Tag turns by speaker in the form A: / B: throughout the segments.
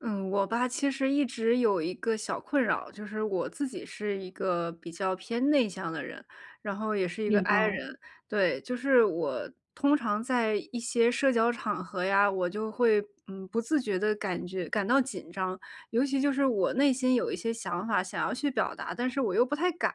A: 嗯，我吧，其实一直有一个小困扰，就是我自己是一个比较偏内向的人，然后也是一个
B: 明白，
A: I 人。对，就是我通常在一些社交场合呀，我就会不自觉的感到紧张，尤其就是我内心有一些想法想要去表达，但是我又不太敢。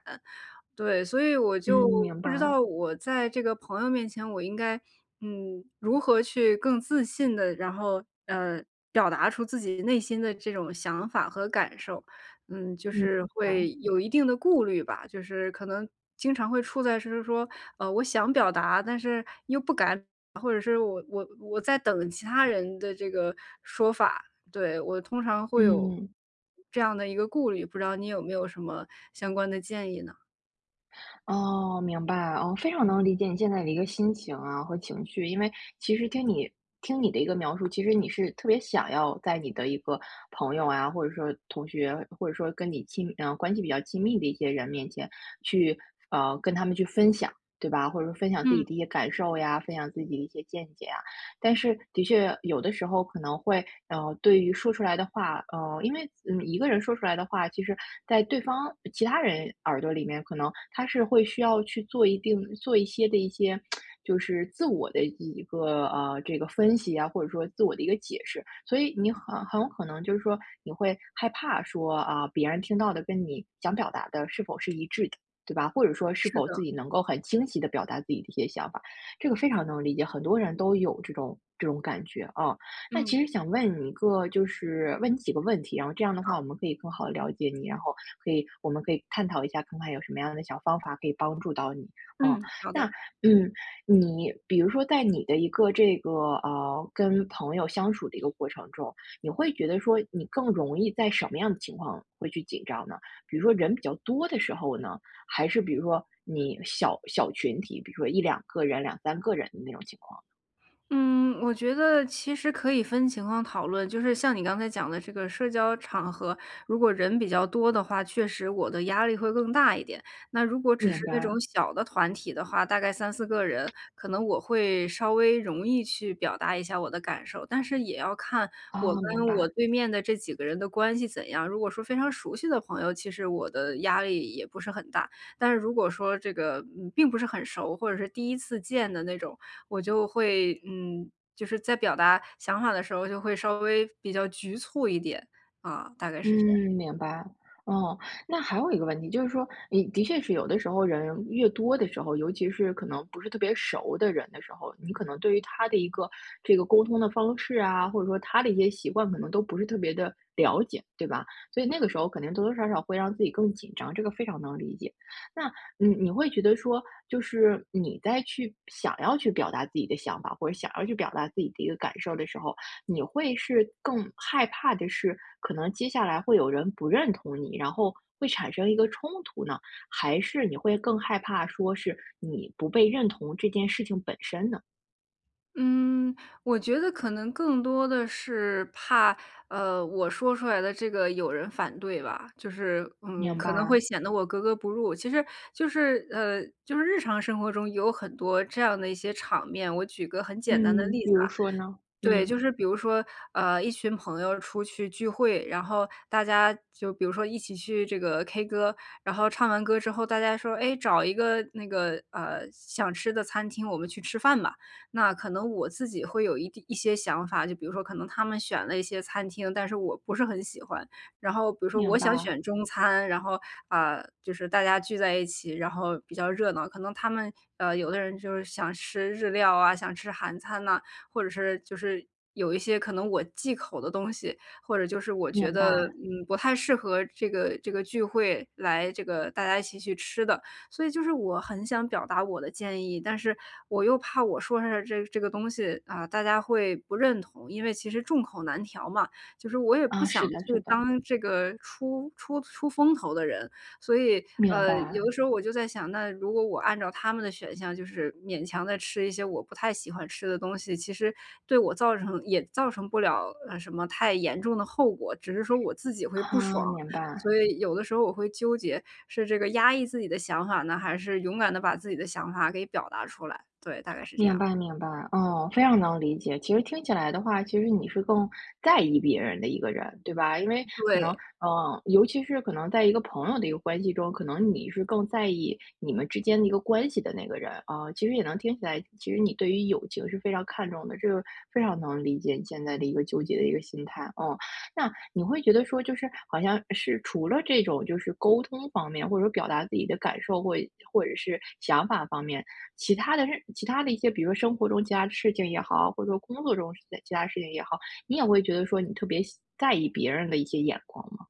A: 对，所以我
B: 嗯，
A: 就
B: 明
A: 不知
B: 白，
A: 道我在这个朋友面前，我应该，如何去更自信的，然后，呃，表达出自己内心的这种想法和感受。嗯，就
B: 嗯，明
A: 是会
B: 白，
A: 有一定的顾虑吧，就是可能经常会处在是说，我想表达，但是又不敢，或者是我在等其他人的这个说法。对，我通常会有
B: 嗯，
A: 这样的一个顾虑，不知道你有没有什么相关的建议呢？
B: 哦，明白，哦，非常能理解你现在的一个心情啊和情绪，因为其实听你的一个描述，其实你是特别想要在你的一个朋友啊，或者说同学，或者说跟你亲，嗯、关系比较亲密的一些人面前去，跟他们去分享，对吧？或者说分享自
A: 嗯。
B: 己的一些感受呀，分享自己的一些见解啊。但是的确有的时候可能会，对于说出来的话，因为一个人说出来的话，其实在对方其他人耳朵里面，可能他是会需要去做一些的一些，就是自我的一个这个分析啊，或者说自我的一个解释，所以你很有可能就是说你会害怕说啊、别人听到的跟你想表达的是否是一致的，对吧？或者说是
A: 是
B: 否
A: 的，
B: 自己能够很清晰的表达自己的一些想法。这个非常能理解，很多人都有这种感觉啊。那其
A: 嗯，
B: 实想问你一个，就是问你几个问题，然后这样的话，
A: 好，
B: 我们可以更好的了解你，然后我们可以探讨一下，看看有什么样的小方法可以帮助到你。
A: 嗯。
B: 啊，
A: 好
B: 那
A: 的。
B: 嗯，你比如说在你的一个这个跟朋友相处的一个过程中，你会觉得说你更容易在什么样的情况会去紧张呢？比如说人比较多的时候呢，还是比如说你小群体，比如说一两个人、两三个人的那种情况？
A: 嗯，我觉得其实可以分情况讨论，就是像你刚才讲的这个社交场合，如果人比较多的话，确实我的压力会更大一点。那如果只是
B: 明
A: 那
B: 白，
A: 种小的团体的话，大概三四个人，可能我会稍微容易去表达一下我的感受，但是也要看我
B: 啊，明
A: 跟我
B: 白。
A: 对面的这几个人的关系怎样。如果说非常熟悉的朋友，其实我的压力也不是很大，但是如果说这个并不是很熟，或者是第一次见的那种，我就会就是在表达想法的时候就会稍微比较局促一点，啊，大概是
B: 嗯，
A: 这样。
B: 明白。哦，那还有一个问题，就是说，你的确是有的时候人越多的时候，尤其是可能不是特别熟的人的时候，你可能对于他的一个这个沟通的方式啊，或者说他的一些习惯，可能都不是特别的了解，对吧？所以那个时候肯定多多少少会让自己更紧张，这个非常能理解。那你会觉得说，就是你在去想要去表达自己的想法，或者想要去表达自己的一个感受的时候，你会是更害怕的是，可能接下来会有人不认同你，然后会产生一个冲突呢？还是你会更害怕说是你不被认同这件事情本身呢？
A: 嗯，我觉得可能更多的是怕，我说出来的这个有人反对吧，就是嗯，
B: 明
A: 可能会
B: 白，
A: 显得我格格不入。其实就是就是日常生活中有很多这样的一些场面，我举个很简单的
B: 嗯，
A: 例
B: 比
A: 子
B: 如
A: 啊。
B: 说呢，
A: 对，
B: 嗯，
A: 就是比如说，一群朋友出去聚会，然后大家就比如说一起去这个 K 歌，然后唱完歌之后，大家说，哎，找一个那个想吃的餐厅，我们去吃饭吧。那可能我自己会有一地一些想法，就比如说，可能他们选了一些餐厅，但是我不是很喜欢。然后比如说，
B: 明
A: 我想
B: 白，
A: 选中餐，然后啊、就是大家聚在一起，然后比较热闹。可能他们有的人就是想吃日料啊，想吃韩餐呐、或者是就是有一些可能我忌口的东西，或者就是我觉
B: 明
A: 得，
B: 白，
A: 嗯，不太适合这个聚会来这个大家一起去吃的。所以就是我很想表达我的建议，但是我又怕我说出来这个东西啊，大家会不认同，因为其实众口难调嘛，就是我也不
B: 啊，
A: 想
B: 是的，
A: 去
B: 是的，
A: 当这个出风头的人，所以，
B: 明白，
A: 有的时候我就在想，那如果我按照他们的选项，就是勉强的吃一些我不太喜欢吃的东西，其实对我造成也造成不了，什么太严重的后果，只是说我自己会不爽。
B: 啊，明白。
A: 所以有的时候我会纠结，是这个压抑自己的想法呢，还是勇敢的把自己的想法给表达出来，对，大概是这
B: 明
A: 样，
B: 白明白，嗯，非常能理解。其实听起来的话，其实你是更在意别人的一个人，对吧？因为可能，
A: 对。
B: 嗯，尤其是可能在一个朋友的一个关系中，可能你是更在意你们之间的一个关系的那个人啊，其实也能听起来，其实你对于友情是非常看重的，这个非常能理解你现在的一个纠结的一个心态。嗯，那你会觉得说，就是好像是除了这种就是沟通方面，或者说表达自己的感受或者是想法方面。其他的一些，比如说生活中其他的事情也好，或者说工作中的其他事情也好，你也会觉得说你特别在意别人的一些眼光吗？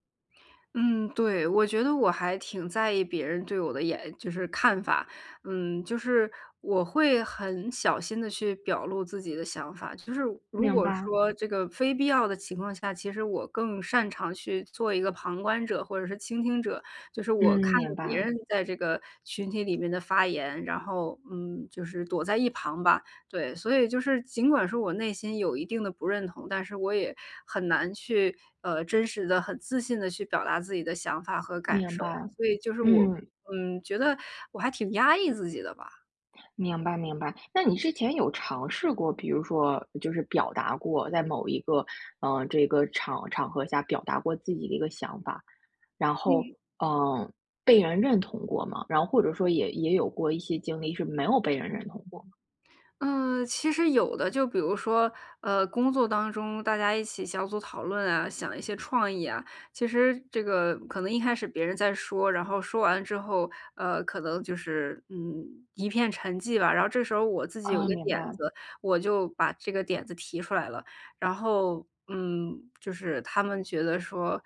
A: 嗯，对，我觉得我还挺在意别人对我的眼就是看法。嗯，就是我会很小心的去表露自己的想法，就是如
B: 明
A: 果
B: 白，
A: 说这个非必要的情况下，其实我更擅长去做一个旁观者或者是倾听者，就是我
B: 嗯，
A: 看着
B: 明
A: 别
B: 白，
A: 人在这个群体里面的发言，然后，嗯，就是躲在一旁吧。对，所以就是尽管说我内心有一定的不认同，但是我也很难去，真实的、很自信的去表达自己的想法和感
B: 明
A: 受。
B: 白，
A: 所以就是我，
B: 嗯，
A: 嗯，觉得我还挺压抑自己的吧。
B: 明白，明白。那你之前有尝试过，比如说就是表达过，在某一个这个场合下表达过自己的一个想法，然后嗯、呃被人认同过吗？然后或者说也有过一些经历是没有被人认同过吗？
A: 嗯，其实有的，就比如说，工作当中大家一起小组讨论啊，想一些创意啊，其实这个可能一开始别人在说，然后说完之后，可能就是一片沉寂吧。然后这时候我自己有一
B: 哦，
A: 个
B: 明
A: 点
B: 白，
A: 子，我就把这个点子提出来了，然后嗯，就是他们觉得说。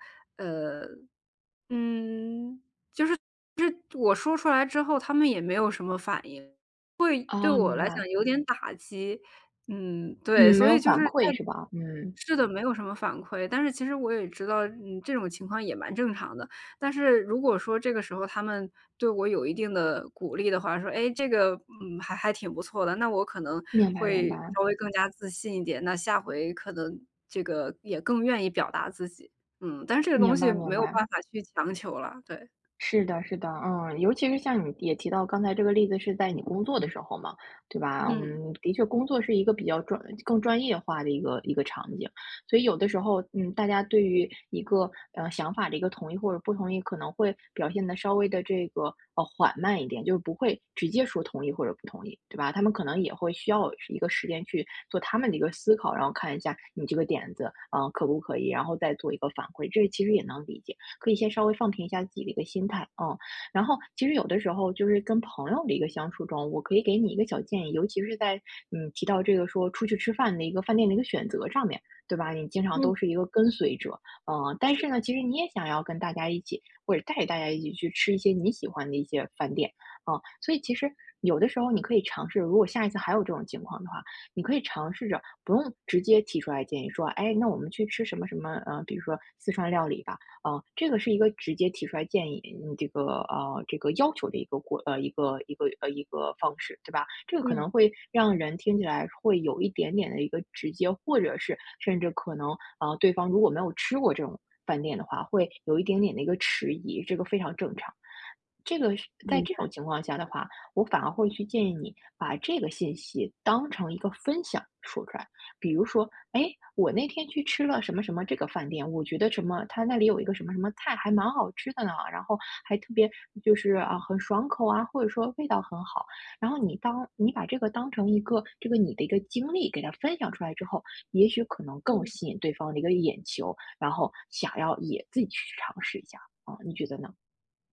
A: 嗯，就是就是我说出来之后，他们也没有什么反应，会对
B: 啊，
A: 我
B: 明
A: 来讲
B: 白。
A: 有点打击。嗯，对，
B: 嗯，没
A: 所
B: 有
A: 以就是
B: 反馈
A: 在
B: 是吧？嗯，
A: 是的，没有什么反馈，但是其实我也知道，嗯，这种情况也蛮正常的。但是如果说这个时候他们对我有一定的鼓励的话，说，哎，这个，嗯，还挺不错的，那我可能
B: 明白明
A: 会
B: 白，
A: 稍微更加自信一点，那下回可能这个也更愿意表达自己。嗯，但是这个东
B: 明
A: 西
B: 白
A: 没
B: 明
A: 有
B: 白。
A: 办法去强求了，对，
B: 是的，是的，嗯，尤其是像你也提到刚才这个例子是在你工作的时候嘛，对吧？
A: 嗯。
B: 嗯，的确，工作是一个比较专、更专业化的一个场景，所以有的时候，嗯，大家对于一个想法的一个同意或者不同意，可能会表现的稍微的这个缓慢一点，就是不会直接说同意或者不同意，对吧？他们可能也会需要一个时间去做他们的一个思考，然后看一下你这个点子，嗯、可不可以，然后再做一个反馈，这其实也能理解。可以先稍微放平一下自己的一个心态啊，嗯。然后其实有的时候就是跟朋友的一个相处中，我可以给你一个小建议，尤其是在提到这个说出去吃饭的一个饭店的一个选择上面，对吧？你经常
A: 嗯，
B: 都是一个跟随者，嗯，但是呢，
A: 是。
B: 其实你也想要跟大家一起，或者带着大家一起去吃一些你喜欢的一些饭店啊，嗯，所以其实有的时候你可以尝试，如果下一次还有这种情况的话，你可以尝试着不用直接提出来建议说，哎，那我们去吃什么什么，比如说四川料理吧，啊，这个是一个直接提出来建议，嗯，这个要求的一个过呃一个一个呃一个方式，对吧？这个可
A: 嗯，
B: 能会让人听起来会有一点点的一个直接，或者是甚至可能啊，对方如果没有吃过这种饭店的话，会有一点点的一个迟疑，这个非常正常。这个是在
A: 明
B: 这
A: 白。
B: 种情况下的话，我反而会去建议你把这个信息当成一个分享说出来。比如说，哎，我那天去吃了什么什么这个饭店，我觉得什么，他那里有一个什么什么菜还蛮好吃的呢，然后还特别就是啊很爽口啊，或者说味道很好。然后你当你把这个当成一个这个你的一个经历给他分享出来之后，也许可能更
A: 嗯
B: 吸引对方的一个眼球，然后想要也自己去尝试一下啊，你觉得呢？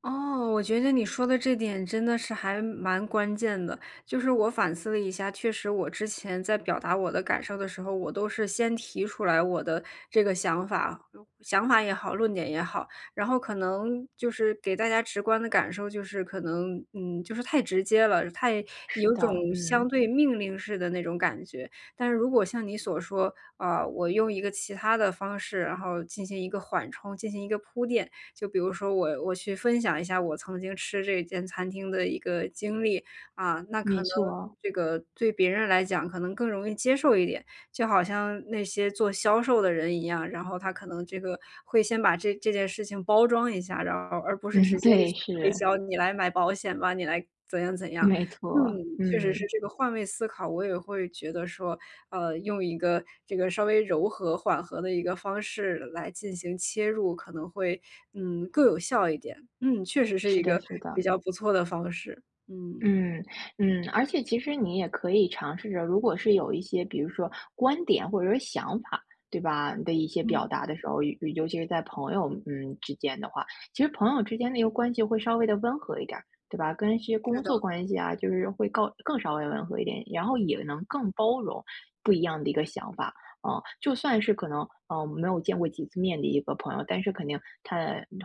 A: 哦，我觉得你说的这点真的是还蛮关键的。就是我反思了一下，确实我之前在表达我的感受的时候，我都是先提出来我的这个想法，想法也好，论点也好，然后可能就是给大家直观的感受就是可能，嗯，就是太直接了，太
B: 是
A: 有种
B: 的，
A: 相
B: 嗯，
A: 对命令式的那种感觉。但是如果像你所说，啊、我用一个其他的方式，然后进行一个缓冲，进行一个铺垫。就比如说我去分享一下我曾经吃这间餐厅的一个经历，啊，那可
B: 没
A: 能
B: 错，
A: 这个对别人来讲可能更容易接受一点。就好像那些做销售的人一样，然后他可能这个会先把这件事情包装一下，然后而不是直
B: 嗯，
A: 接的
B: 对，
A: 去推
B: 是
A: 销，你来买保险吧，你来怎样怎样。
B: 没
A: 嗯，
B: 错，
A: 确实是
B: 嗯，
A: 这个换位思考，我也会觉得说，用一个这个稍微柔和缓和的一个方式来进行切入，可能会，嗯，更有效一点。嗯，确实是一
B: 是的，
A: 个
B: 是
A: 比
B: 的。
A: 较不错的方式，嗯。
B: 嗯嗯，而且其实你也可以尝试着，如果是有一些，比如说观点或者说想法，对吧？的一些表
A: 嗯，
B: 达的时候，尤其是在朋友之间的话，其实朋友之间的一个关系会稍微的温和一点儿，对吧？跟一些
A: 是
B: 工
A: 的。
B: 作关系啊，就是会更稍微温和一点，然后也能更包容不一样的一个想法。嗯，就算是可能没有见过几次面的一个朋友，但是肯定他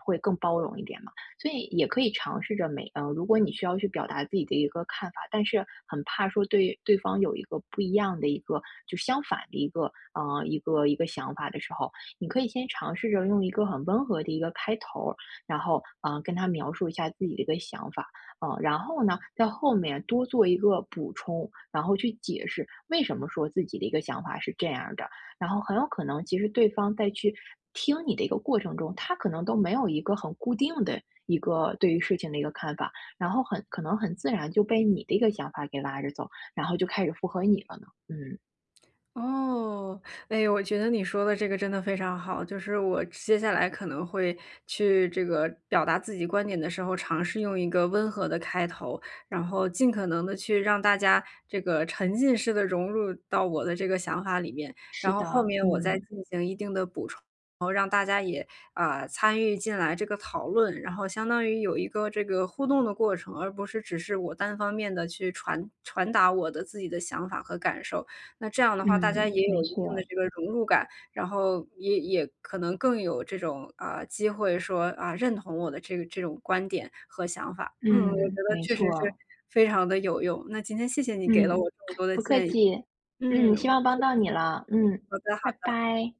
B: 会更包容一点嘛。所以也可以尝试着如果你需要去表达自己的一个看法，但是很怕说对方有一个不一样的一个就相反的一个想法的时候，你可以先尝试着用一个很温和的一个开头，然后跟他描述一下自己的一个想法，然后呢在后面多做一个补充，然后去解释为什么说自己的一个想法是这样的，然后很有可能其实对方在去，听你的一个过程中，他可能都没有一个很固定的一个对于事情的一个看法，然后很可能很自然就被你的一个想法给拉着走，然后就开始附和你了呢？嗯，
A: 哦，哎，我觉得你说的这个真的非常好，就是我接下来可能会去这个表达自己观点的时候，尝试用一个温和的开头，然后尽可能的去让大家这个沉浸式的融入到我的这个想法里面，然
B: 是
A: 后
B: 的，
A: 后面我再
B: 嗯
A: 进行一定的补充。啊、参与进来这个讨论，然后相当于有一个这个互动的过程，而不是只是我单方面的去传达我的自己的想法和感受。那这样的话，大家
B: 嗯，
A: 也有
B: 没
A: 一定的
B: 错，
A: 这个融入感，然后也可能更有这种啊、机会说啊、认同我的这个这种观点和想法。嗯，我觉
B: 嗯，
A: 得
B: 没
A: 确实是
B: 错，
A: 非常的有用。那今天谢谢你给了我
B: 嗯，
A: 这么多的
B: 不客
A: 建议。
B: 气，
A: 嗯，
B: 嗯，希望帮到你了，嗯，
A: 好的。
B: 拜拜。